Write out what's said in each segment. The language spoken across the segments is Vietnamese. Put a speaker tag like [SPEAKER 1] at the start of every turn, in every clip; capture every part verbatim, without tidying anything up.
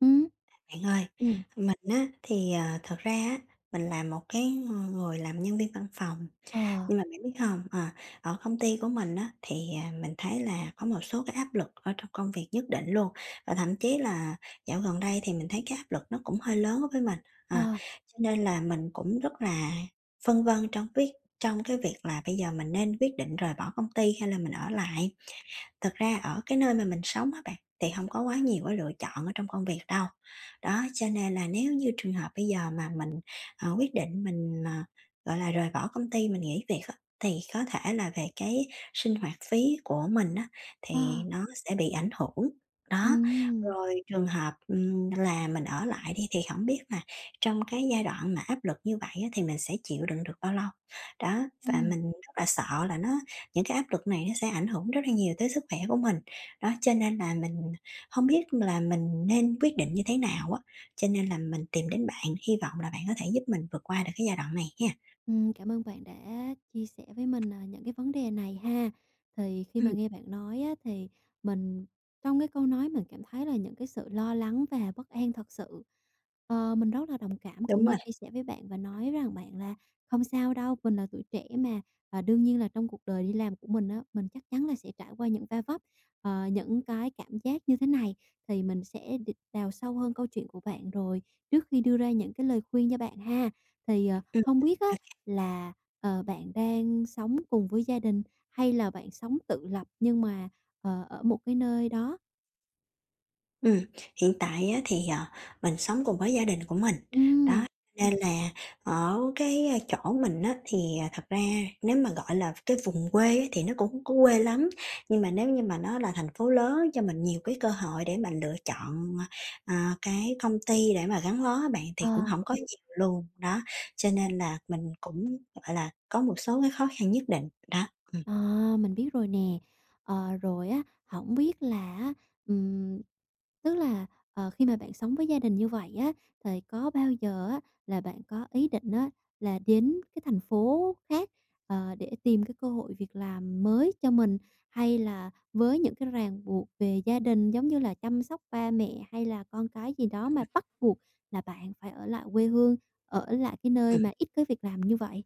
[SPEAKER 1] Ừ,
[SPEAKER 2] Bạn ơi,
[SPEAKER 1] Ừ,
[SPEAKER 2] mình á thì, ờ, thật ra á, mình là một cái người làm nhân viên văn phòng,
[SPEAKER 1] ờ,
[SPEAKER 2] nhưng mà bạn biết không? Ờ, Ở công ty của mình á thì, à, mình thấy là có một số cái áp lực ở trong công việc nhất định luôn, và thậm chí là dạo gần đây thì mình thấy cái áp lực nó cũng hơi lớn đối với mình, à,
[SPEAKER 1] ờ,
[SPEAKER 2] cho nên là mình cũng rất là phân vân trong biết trong cái việc là bây giờ mình nên quyết định rời bỏ công ty hay là mình ở lại. Thực ra ở cái nơi mà mình sống á bạn, thì không có quá nhiều cái lựa chọn ở trong công việc đâu. Đó, cho nên là nếu như trường hợp bây giờ mà mình, ờ, quyết định mình, ờ, gọi là, rời bỏ công ty, mình nghỉ việc á, thì có thể là về cái sinh hoạt phí của mình á, thì
[SPEAKER 1] ờ,
[SPEAKER 2] nó sẽ bị ảnh hưởng. Đó,
[SPEAKER 1] Ừ,
[SPEAKER 2] rồi trường hợp, ừm, là mình ở lại đi, thì không biết là trong cái giai đoạn mà áp lực như vậy á, thì mình sẽ chịu đựng được bao lâu. Đó,
[SPEAKER 1] Ừ.
[SPEAKER 2] và mình rất là sợ là nó những cái áp lực này nó sẽ ảnh hưởng rất là nhiều tới sức khỏe của mình. Đó, cho nên là mình không biết là mình nên quyết định như thế nào á, cho nên là mình tìm đến bạn, hy vọng là bạn có thể giúp mình vượt qua được cái giai đoạn này ha.
[SPEAKER 1] Ừm, cảm ơn bạn đã chia sẻ với mình, à, những cái vấn đề này ha. Thì khi mà
[SPEAKER 2] Ừm,
[SPEAKER 1] nghe bạn nói á, thì mình trong cái câu nói mình cảm thấy là những cái sự lo lắng và bất an thật sự. Ờ, mình rất là đồng cảm
[SPEAKER 2] đúng
[SPEAKER 1] cũng
[SPEAKER 2] rồi,
[SPEAKER 1] như chia sẻ với bạn và nói rằng bạn là "Không sao đâu, mình là tuổi trẻ mà, và đương nhiên là trong cuộc đời đi làm của mình á, mình chắc chắn là sẽ trải qua những va vấp, ờ, những cái cảm giác như thế này." Thì mình sẽ đ đào sâu hơn câu chuyện của bạn rồi trước khi đưa ra những cái lời khuyên cho bạn ha. Thì, ờ,
[SPEAKER 2] ừm.
[SPEAKER 1] hông biết á là, ờ, bạn đang sống cùng với gia đình hay là bạn sống tự lập nhưng mà, ờ, ở một cái nơi đó?
[SPEAKER 2] Ừm, hiện tại á thì, ờ, mình sống cùng với gia đình của mình, đó,
[SPEAKER 1] Ừm.
[SPEAKER 2] nên là ở cái, a, chỗ mình á thì, à, thật ra nếu mà, gọi là, cái vùng quê á thì nó cũng hông có quê lắm, nhưng mà nếu như mà nó là thành phố lớn cho mình nhiều cái cơ hội để mình lựa chọn, ờ, ờ, cái công ty để mà gắn bó á bạn, thì cũng
[SPEAKER 1] Ờ.
[SPEAKER 2] không có nhiều luôn, đó, cho nên là mình cũng, gọi là, có một số cái khó khăn nhất định, đó, ừm.
[SPEAKER 1] À, mình biết rồi nè. Ờ, rồi á, hổng biết là á, ừm, tức là, ờ, khi mà bạn sống với gia đình như vậy á, thì có bao giờ á là bạn có ý định á là đến cái thành phố khác, ờ, để tìm cái cơ hội việc làm mới cho mình? Hay là với những cái ràng buộc về gia đình giống như là chăm sóc ba mẹ hay là con cái gì đó mà bắt buộc là bạn phải ở lại quê hương, ở lại cái nơi mà ít cái việc làm như vậy?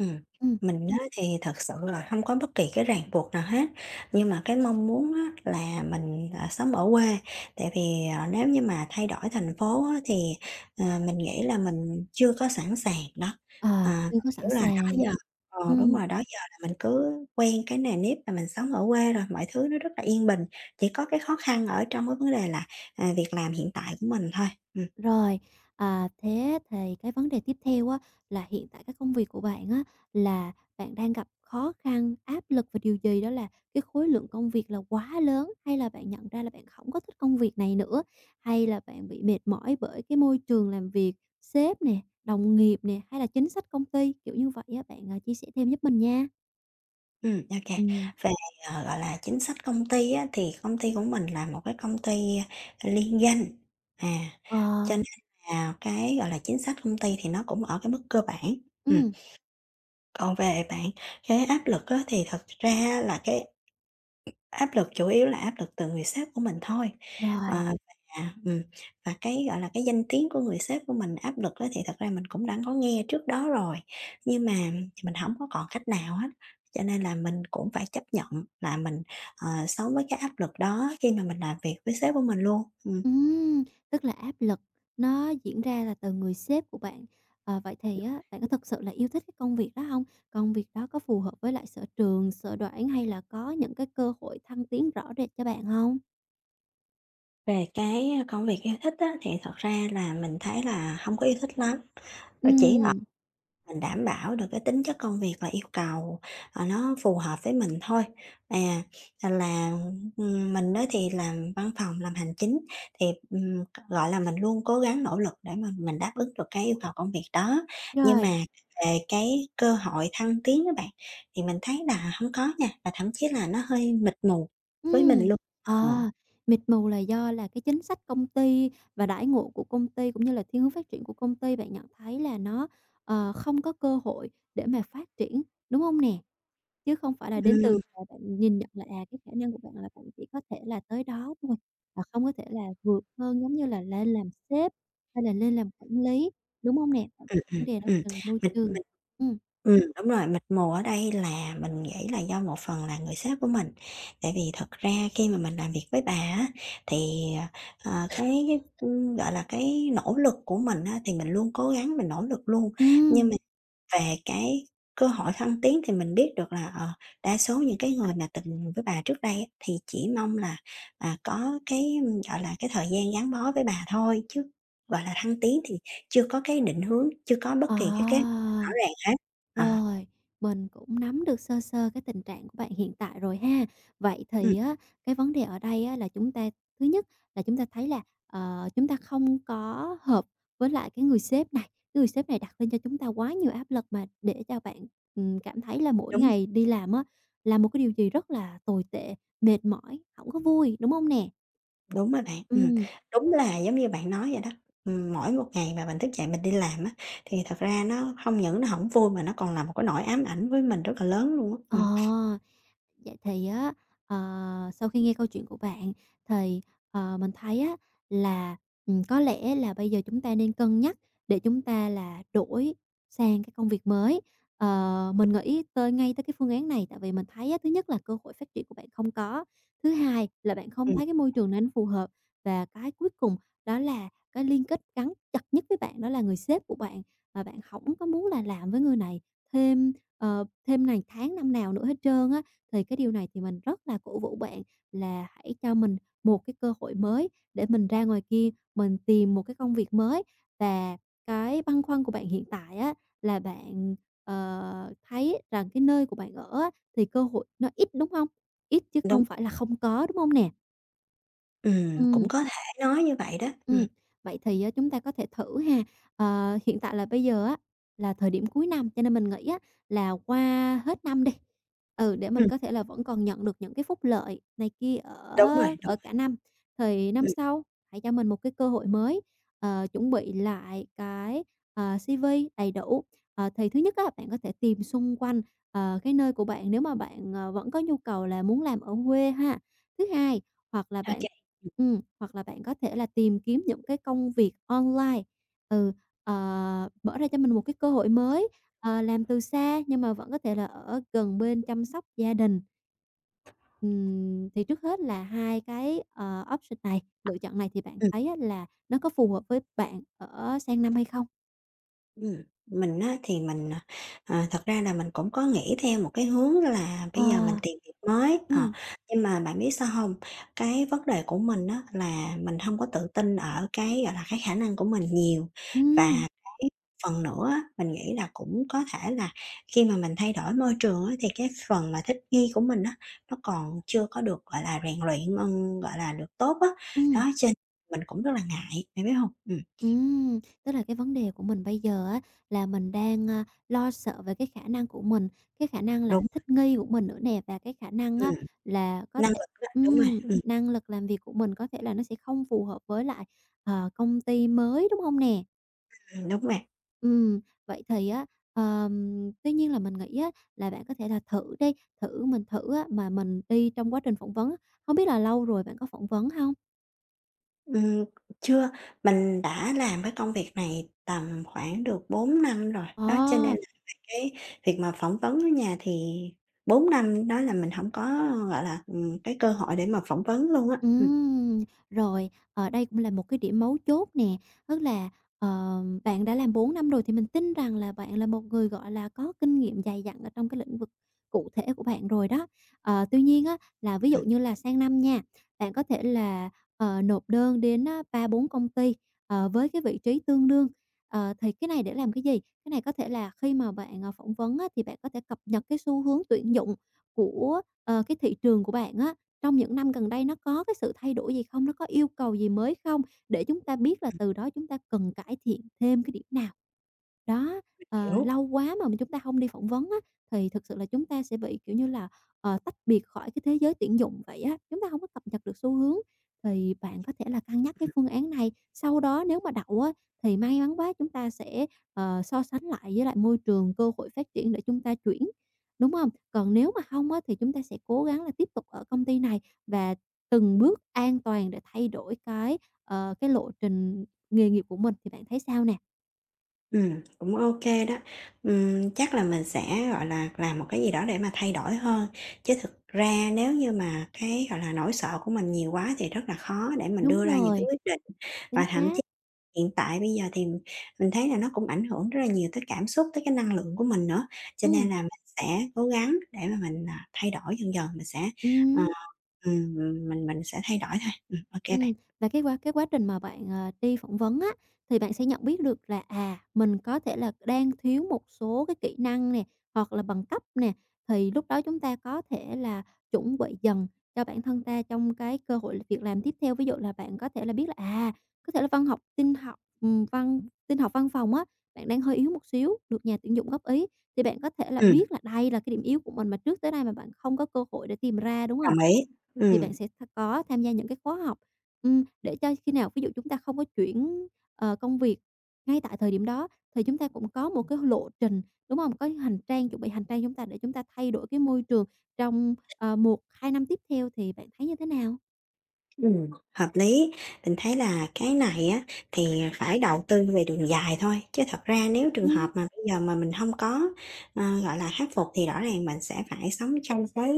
[SPEAKER 2] Ừm,
[SPEAKER 1] Ừm.
[SPEAKER 2] mình á thì thật sự là không có bất kỳ cái ràng buộc nào hết, nhưng mà cái mong muốn á là mình, à, sống ở quê, tại vì, ờ, nếu như mà thay đổi thành phố á thì, ờ, mình nghĩ là mình chưa có sẵn sàng đó.
[SPEAKER 1] Ờ,
[SPEAKER 2] À,
[SPEAKER 1] chưa có sẵn
[SPEAKER 2] kiểu là, đó
[SPEAKER 1] sàng.
[SPEAKER 2] giờ ờ, đúng
[SPEAKER 1] Ừm,
[SPEAKER 2] rồi, đó giờ là mình cứ quen cái nề nếp là mình sống ở quê rồi, mọi thứ nó rất là yên bình, chỉ có cái khó khăn ở trong cái vấn đề là, à, việc làm hiện tại của mình thôi. Ừm.
[SPEAKER 1] Rồi, à, thế thì cái vấn đề tiếp theo á, là hiện tại cái công việc của bạn á, là bạn đang gặp khó khăn, áp lực về điều gì? Đó là cái khối lượng công việc là quá lớn, hay là bạn nhận ra là bạn không có thích công việc này nữa? Hay là bạn bị mệt mỏi bởi cái môi trường làm việc, sếp nè, đồng nghiệp nè, hay là chính sách công ty? Kiểu như vậy á, bạn, à, chia sẻ thêm giúp mình nha.
[SPEAKER 2] Ừm, ok.
[SPEAKER 1] Ừm.
[SPEAKER 2] Về, ờ, gọi là, chính sách công ty á, thì công ty của mình là một cái công ty, a, liên doanh, à,
[SPEAKER 1] Ờ.
[SPEAKER 2] cho nên là cái, gọi là, chính sách công ty thì nó cũng ở cái mức cơ bản. Ừm,
[SPEAKER 1] Ừm.
[SPEAKER 2] còn về bạn cái áp lực á, thì thật ra là cái áp lực chủ yếu là áp lực từ người sếp của mình thôi, ờ,
[SPEAKER 1] Rồi.
[SPEAKER 2] và, ừm, và cái, gọi là, cái danh tiếng của người sếp của mình, áp lực đó thì thật ra mình cũng đã có nghe trước đó rồi, nhưng mà mình hổng có còn cách nào hết, cho nên là mình cũng phải chấp nhận là mình, ờ, sống với cái áp lực đó khi mà mình làm việc với sếp của mình luôn. Ừm,
[SPEAKER 1] Ừm, Tức là áp lực nó diễn ra là từ người sếp của bạn. Ờ, vậy thì á, bạn có thực sự là yêu thích cái công việc đó không? Công việc đó có phù hợp với lại sở trường, sở đoản hay là có những cái cơ hội thăng tiến rõ rệt cho bạn không?
[SPEAKER 2] về cái công việc yêu thích á thì thật ra là mình thấy là hông có yêu thích lắm, rồi chỉ ở
[SPEAKER 1] Ừm,
[SPEAKER 2] mình đảm bảo được cái tính chất công việc và yêu cầu, ờ, nó phù hợp với mình thôi. À, à, là, ừm, mình á thì làm văn phòng, làm hành chính thì, ừm, gọi là, mình luôn cố gắng nỗ lực để mà mình đáp ứng được cái yêu cầu công việc đó. Nhưng mà
[SPEAKER 1] rồi,
[SPEAKER 2] về cái cơ hội thăng tiến các bạn, thì mình thấy là không có nha, và thậm chí là nó hơi mịt mù với mình
[SPEAKER 1] ừm,
[SPEAKER 2] luôn. Ờ,
[SPEAKER 1] à, mịt mù là do là cái chính sách công ty và đãi ngộ của công ty, cũng như là thiên hướng phát triển của công ty bạn nhận thấy là nó, ờ, không có cơ hội để mà phát triển, đúng không nè? Chứ không phải là đến từ
[SPEAKER 2] ừm.
[SPEAKER 1] là bạn nhìn nhận là, à, cái khả năng của bạn là bạn chỉ có thể là tới đó thôi, và không có thể là vượt hơn, giống như là lên làm sếp hay là lên làm quản lý, đúng hông nè?
[SPEAKER 2] Ừm, ừm,
[SPEAKER 1] Vấn đề đó thường là môi
[SPEAKER 2] mình
[SPEAKER 1] trường.
[SPEAKER 2] mình
[SPEAKER 1] Ừm.
[SPEAKER 2] ừm, Đúng rồi, mịt mù ở đây là mình nghĩ là do một phần là người sếp của mình, tại vì thật ra khi mà mình làm việc với bà á, thì, ờ, ờ, cái, ưm, gọi là, cái nỗ lực của mình á, thì mình luôn cố gắng mình nỗ lực luôn, nhưng
[SPEAKER 1] Ừm.
[SPEAKER 2] về cái cơ hội thăng tiến thì mình biết được là, ờ, đa số những cái người mà từng với bà trước đây á, thì chỉ mong là, à, có cái, ưm, gọi là, cái thời gian gắn bó với bà thôi, chứ, gọi là, thăng tiến thì chưa có cái định hướng, chưa có bất
[SPEAKER 1] Ờ.
[SPEAKER 2] kỳ cái kế hoạch nào rõ ràng hết. À,
[SPEAKER 1] Rồi, mình cũng nắm được sơ sơ cái tình trạng của bạn hiện tại rồi ha. Vậy
[SPEAKER 2] ừm,
[SPEAKER 1] thì á, cái vấn đề ở đây á, là chúng ta thứ nhất là chúng ta thấy là, ờ, chúng ta không có hợp với lại cái người sếp này, cái người sếp này đặt lên cho chúng ta quá nhiều áp lực mà để cho bạn, ừm, cảm thấy là mỗi
[SPEAKER 2] Đúng rồi,
[SPEAKER 1] ngày đi làm á, là một cái điều gì rất là tồi tệ, mệt mỏi, không có vui, đúng không nè?
[SPEAKER 2] đúng rồi bạn, ừm.
[SPEAKER 1] Ừm.
[SPEAKER 2] Đúng là giống như bạn nói vậy đó, ừm, mỗi một ngày mà mình thức dậy mình đi làm á, thì thật ra nó không những nó không vui mà nó còn là một cái nỗi ám ảnh với mình rất là lớn luôn á.
[SPEAKER 1] Ờ,
[SPEAKER 2] Ừm,
[SPEAKER 1] Vậy thì á, ờ, sau khi nghe câu chuyện của bạn thì, ờ, mình thấy á là, ừm, có lẽ là bây giờ chúng ta nên cân nhắc để chúng ta là đổi sang cái công việc mới. Ờ, mình nghĩ tới ngay tới cái phương án này tại vì mình thấy á, thứ nhất là cơ hội phát triển của bạn không có, thứ hai là bạn không
[SPEAKER 2] ừm,
[SPEAKER 1] thấy cái môi trường này nó phù hợp, và cái cuối cùng đó là cái liên kết gắn chặt nhất với bạn đó là người sếp của bạn, và bạn không có muốn là làm với người này thêm ờ, thêm này tháng năm nào nữa hết trơn á. Thì cái điều này thì mình rất là cổ vũ bạn là hãy cho mình một cái cơ hội mới để mình ra ngoài kia mình tìm một cái công việc mới. Và cái băn khoăn của bạn hiện tại á là bạn, ờ, thấy rằng cái nơi của bạn ở á thì cơ hội nó ít, đúng không? Ít chứ
[SPEAKER 2] đúng.
[SPEAKER 1] không phải là không có, đúng không nè?
[SPEAKER 2] Ừm, cũng
[SPEAKER 1] Ừm.
[SPEAKER 2] có thể nói như vậy đó. Ừm,
[SPEAKER 1] Ừm, Vậy thì á chúng ta có thể thử ha. Ờ, hiện tại là bây giờ á, là thời điểm cuối năm, cho nên mình nghĩ á là qua hết năm đi, ừ, để mình
[SPEAKER 2] ừm,
[SPEAKER 1] có thể là vẫn còn nhận được những cái phúc lợi này kia
[SPEAKER 2] đúng rồi,
[SPEAKER 1] ở
[SPEAKER 2] đúng,
[SPEAKER 1] ở cả năm, thì năm
[SPEAKER 2] ừm,
[SPEAKER 1] sau hãy cho mình một cái cơ hội mới, ờ, chuẩn bị lại cái, ờ, xi vi đầy đủ. Ờ, thì thứ nhất á, bạn có thể tìm xung quanh, ờ, cái nơi của bạn nếu mà bạn, ờ, vẫn có nhu cầu là muốn làm ở quê ha. Thứ hai, hoặc là
[SPEAKER 2] ô
[SPEAKER 1] bạn
[SPEAKER 2] kê.
[SPEAKER 1] ừm, hoặc là bạn có thể là tìm kiếm những cái công việc online, ừ, ờ, mở ra cho mình một cái cơ hội mới, ờ, làm từ xa nhưng mà vẫn có thể là ở gần bên chăm sóc gia đình. Ừm, thì trước hết là hai cái, ờ, option này, lựa chọn này thì bạn
[SPEAKER 2] Ừm.
[SPEAKER 1] thấy á là nó có phù hợp với bạn ở sang năm hay không?
[SPEAKER 2] Ừm, mình á thì mình, à, à, thật ra là mình cũng có nghĩ theo một cái hướng là
[SPEAKER 1] Ờ.
[SPEAKER 2] bây giờ mình tìm việc mới, ờ,
[SPEAKER 1] Ừm.
[SPEAKER 2] nhưng mà bạn biết sao không? Cái vấn đề của mình á là mình không có tự tin ở cái, gọi là, cái khả năng của mình nhiều và
[SPEAKER 1] Ừm.
[SPEAKER 2] cái phần nữa á, mình nghĩ là cũng có thể là khi mà mình thay đổi môi trường á thì cái phần mà thích nghi của mình á, nó còn chưa có được, gọi là, rèn luyện, ừm, gọi là, được tốt á.
[SPEAKER 1] Ừm.
[SPEAKER 2] Đó, cho nên mình cũng rất là ngại, bạn biết không? Ừm,
[SPEAKER 1] Ừm, tức là cái vấn đề của mình bây giờ á là mình đang, a, lo sợ về cái khả năng của mình, cái khả năng là
[SPEAKER 2] đúng,
[SPEAKER 1] thích nghi của mình nữa nè, và cái khả năng á
[SPEAKER 2] ừm,
[SPEAKER 1] là có
[SPEAKER 2] năng
[SPEAKER 1] thể
[SPEAKER 2] lực á, đúng
[SPEAKER 1] ừm,
[SPEAKER 2] rồi.
[SPEAKER 1] năng lực làm việc của mình có thể là nó sẽ không phù hợp với lại, ờ, công ty mới, đúng không nè?
[SPEAKER 2] Đúng vậy.
[SPEAKER 1] Ừm, Vậy thì á, ờm, tuy nhiên là mình nghĩ á là bạn có thể là thử đi, thử mình thử á mà mình đi trong quá trình phỏng vấn á, hông biết là lâu rồi bạn có phỏng vấn không?
[SPEAKER 2] Ừm, chưa, mình đã làm cái công việc này tầm khoảng được bốn năm rồi, đó, cho nên
[SPEAKER 1] Ờ.
[SPEAKER 2] là cái việc mà phỏng vấn ở nhà thì bốn năm đó là mình hổng có, gọi là, ừm, cái cơ hội để mà phỏng vấn luôn á. Ừm,
[SPEAKER 1] Ừm, Rồi, ở đây cũng là một cái điểm mấu chốt nè, tức là, ờ, bạn đã làm bốn năm rồi thì mình tin rằng là bạn là một người, gọi là, có kinh nghiệm dày dặn ở trong cái lĩnh vực cụ thể của bạn rồi đó. Ờ, tuy nhiên á, là ví dụ như là sang năm nha, bạn có thể là, ờ, nộp đơn đến á ba bốn công ty, ờ, với cái vị trí tương đương. Ờ, thì cái này để làm cái gì? Cái này có thể là khi mà bạn, ờ, phỏng vấn á, thì bạn có thể cập nhật cái xu hướng tuyển dụng của, ờ, cái thị trường của bạn á. Trong những năm gần đây nó có cái sự thay đổi gì không? Nó có yêu cầu gì mới không? Để chúng ta biết là từ đó chúng ta cần cải thiện thêm cái điểm nào. Đó, ờ,
[SPEAKER 2] hiểu,
[SPEAKER 1] lâu quá mà mà chúng ta không đi phỏng vấn á, thì thực sự là chúng ta sẽ bị, kiểu như là, ờ, tách biệt khỏi cái thế giới tuyển dụng vậy á, chúng ta không có cập nhật được xu hướng. Thì bạn có thể là cân nhắc cái phương án này, sau đó nếu mà đậu á, thì may mắn quá chúng ta sẽ, ờ, so sánh lại với lại môi trường, cơ hội phát triển để chúng ta chuyển, đúng không? Còn nếu mà không á, thì chúng ta sẽ cố gắng là tiếp tục ở công ty này và từng bước an toàn để thay đổi cái, ờ, cái lộ trình nghề nghiệp của mình, thì bạn thấy sao nè?
[SPEAKER 2] ừm, cũng ô kê đó. Ừm, chắc là mình sẽ, gọi là, làm một cái gì đó để mà thay đổi hơn, chứ thực ra nếu như mà cái, gọi là, nỗi sợ của mình nhiều quá thì rất là khó để mình
[SPEAKER 1] Đúng
[SPEAKER 2] đưa ra những cái
[SPEAKER 1] rồi.
[SPEAKER 2] quyết định.
[SPEAKER 1] Chính
[SPEAKER 2] Và thậm
[SPEAKER 1] xác.
[SPEAKER 2] Hiện tại bây giờ thì mình thấy là nó cũng ảnh hưởng rất là nhiều tới cảm xúc, tới cái năng lượng của mình nữa, cho
[SPEAKER 1] Ừm.
[SPEAKER 2] nên là mình sẽ cố gắng để mà mình, à, thay đổi dần dần, mình sẽ, ờ,
[SPEAKER 1] Ừm.
[SPEAKER 2] ừm, mình mình sẽ thay đổi thôi. Ừm, ô kê
[SPEAKER 1] Ừm.
[SPEAKER 2] bạn.
[SPEAKER 1] Và cái quá cái quá trình mà bạn, ờ, đi phỏng vấn á, thì bạn sẽ nhận biết được là, à, mình có thể là đang thiếu một số cái kỹ năng nè, hoặc là bằng cấp nè, thì lúc đó chúng ta có thể là chuẩn bị dần cho bản thân ta trong cái cơ hội việc làm tiếp theo. Ví dụ là bạn có thể là biết là, à, có thể là văn học tin học, ừm, văn tin học văn phòng á, bạn đang hơi yếu một xíu, được nhà tuyển dụng góp ý, thì bạn có thể là
[SPEAKER 2] Ừm,
[SPEAKER 1] biết là đây là cái điểm yếu của mình mà trước tới nay mà bạn không có cơ hội để tìm ra, đúng hông?
[SPEAKER 2] đồng ý.
[SPEAKER 1] Thì
[SPEAKER 2] Ừm.
[SPEAKER 1] bạn sẽ th có tham gia những cái khóa học, ừm, để cho khi nào ví dụ chúng ta không có chuyển, ờ, công việc ngay tại thời điểm đó, thì chúng ta cũng có một cái lộ trình, đúng không? Có hành trang, chuẩn bị hành trang chúng ta để chúng ta thay đổi cái môi trường trong, ờ, một hai năm tiếp theo thì bạn thấy như thế nào?
[SPEAKER 2] Ừm, hợp lý. Mình thấy là cái này á, thì phải đầu tư về đường dài thôi, chứ thật ra nếu trường hợp
[SPEAKER 1] Ừm,
[SPEAKER 2] mà bây giờ mà mình không có, ờ, gọi là, khắc phục thì rõ ràng mình sẽ phải sống trong cái,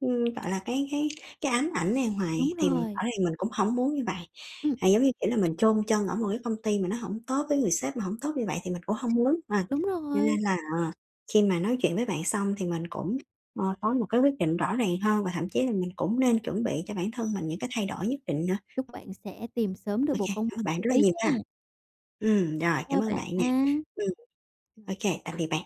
[SPEAKER 2] ưm, gọi là, cái cái cái ám ảnh này
[SPEAKER 1] đúng
[SPEAKER 2] hoài, thì rõ
[SPEAKER 1] rồi,
[SPEAKER 2] ràng mình cũng không muốn như vậy.
[SPEAKER 1] ừm,
[SPEAKER 2] À, giống như, kiểu là, mình chôn chân ở một cái công ty mà nó không tốt, với người sếp mà không tốt như vậy thì mình cũng không muốn, à,
[SPEAKER 1] đúng
[SPEAKER 2] cho nên
[SPEAKER 1] rồi.
[SPEAKER 2] là, ờ, khi mà nói chuyện với bạn xong thì mình cũng Ờ, có một cái quyết định rõ ràng hơn và thậm chí là mình cũng nên chuẩn bị cho bản thân mình những cái thay đổi nhất định nữa.
[SPEAKER 1] Chúc bạn sẽ tìm sớm được
[SPEAKER 2] OK,
[SPEAKER 1] một
[SPEAKER 2] kê,
[SPEAKER 1] công
[SPEAKER 2] cảm ơn bạn
[SPEAKER 1] việc
[SPEAKER 2] rất
[SPEAKER 1] như
[SPEAKER 2] là
[SPEAKER 1] ý
[SPEAKER 2] nhiều ha.
[SPEAKER 1] nha.
[SPEAKER 2] Ừ, rồi, cảm
[SPEAKER 1] Chào
[SPEAKER 2] ơn
[SPEAKER 1] bạn.
[SPEAKER 2] bạn nè. Ừm, ô tạm biệt bạn.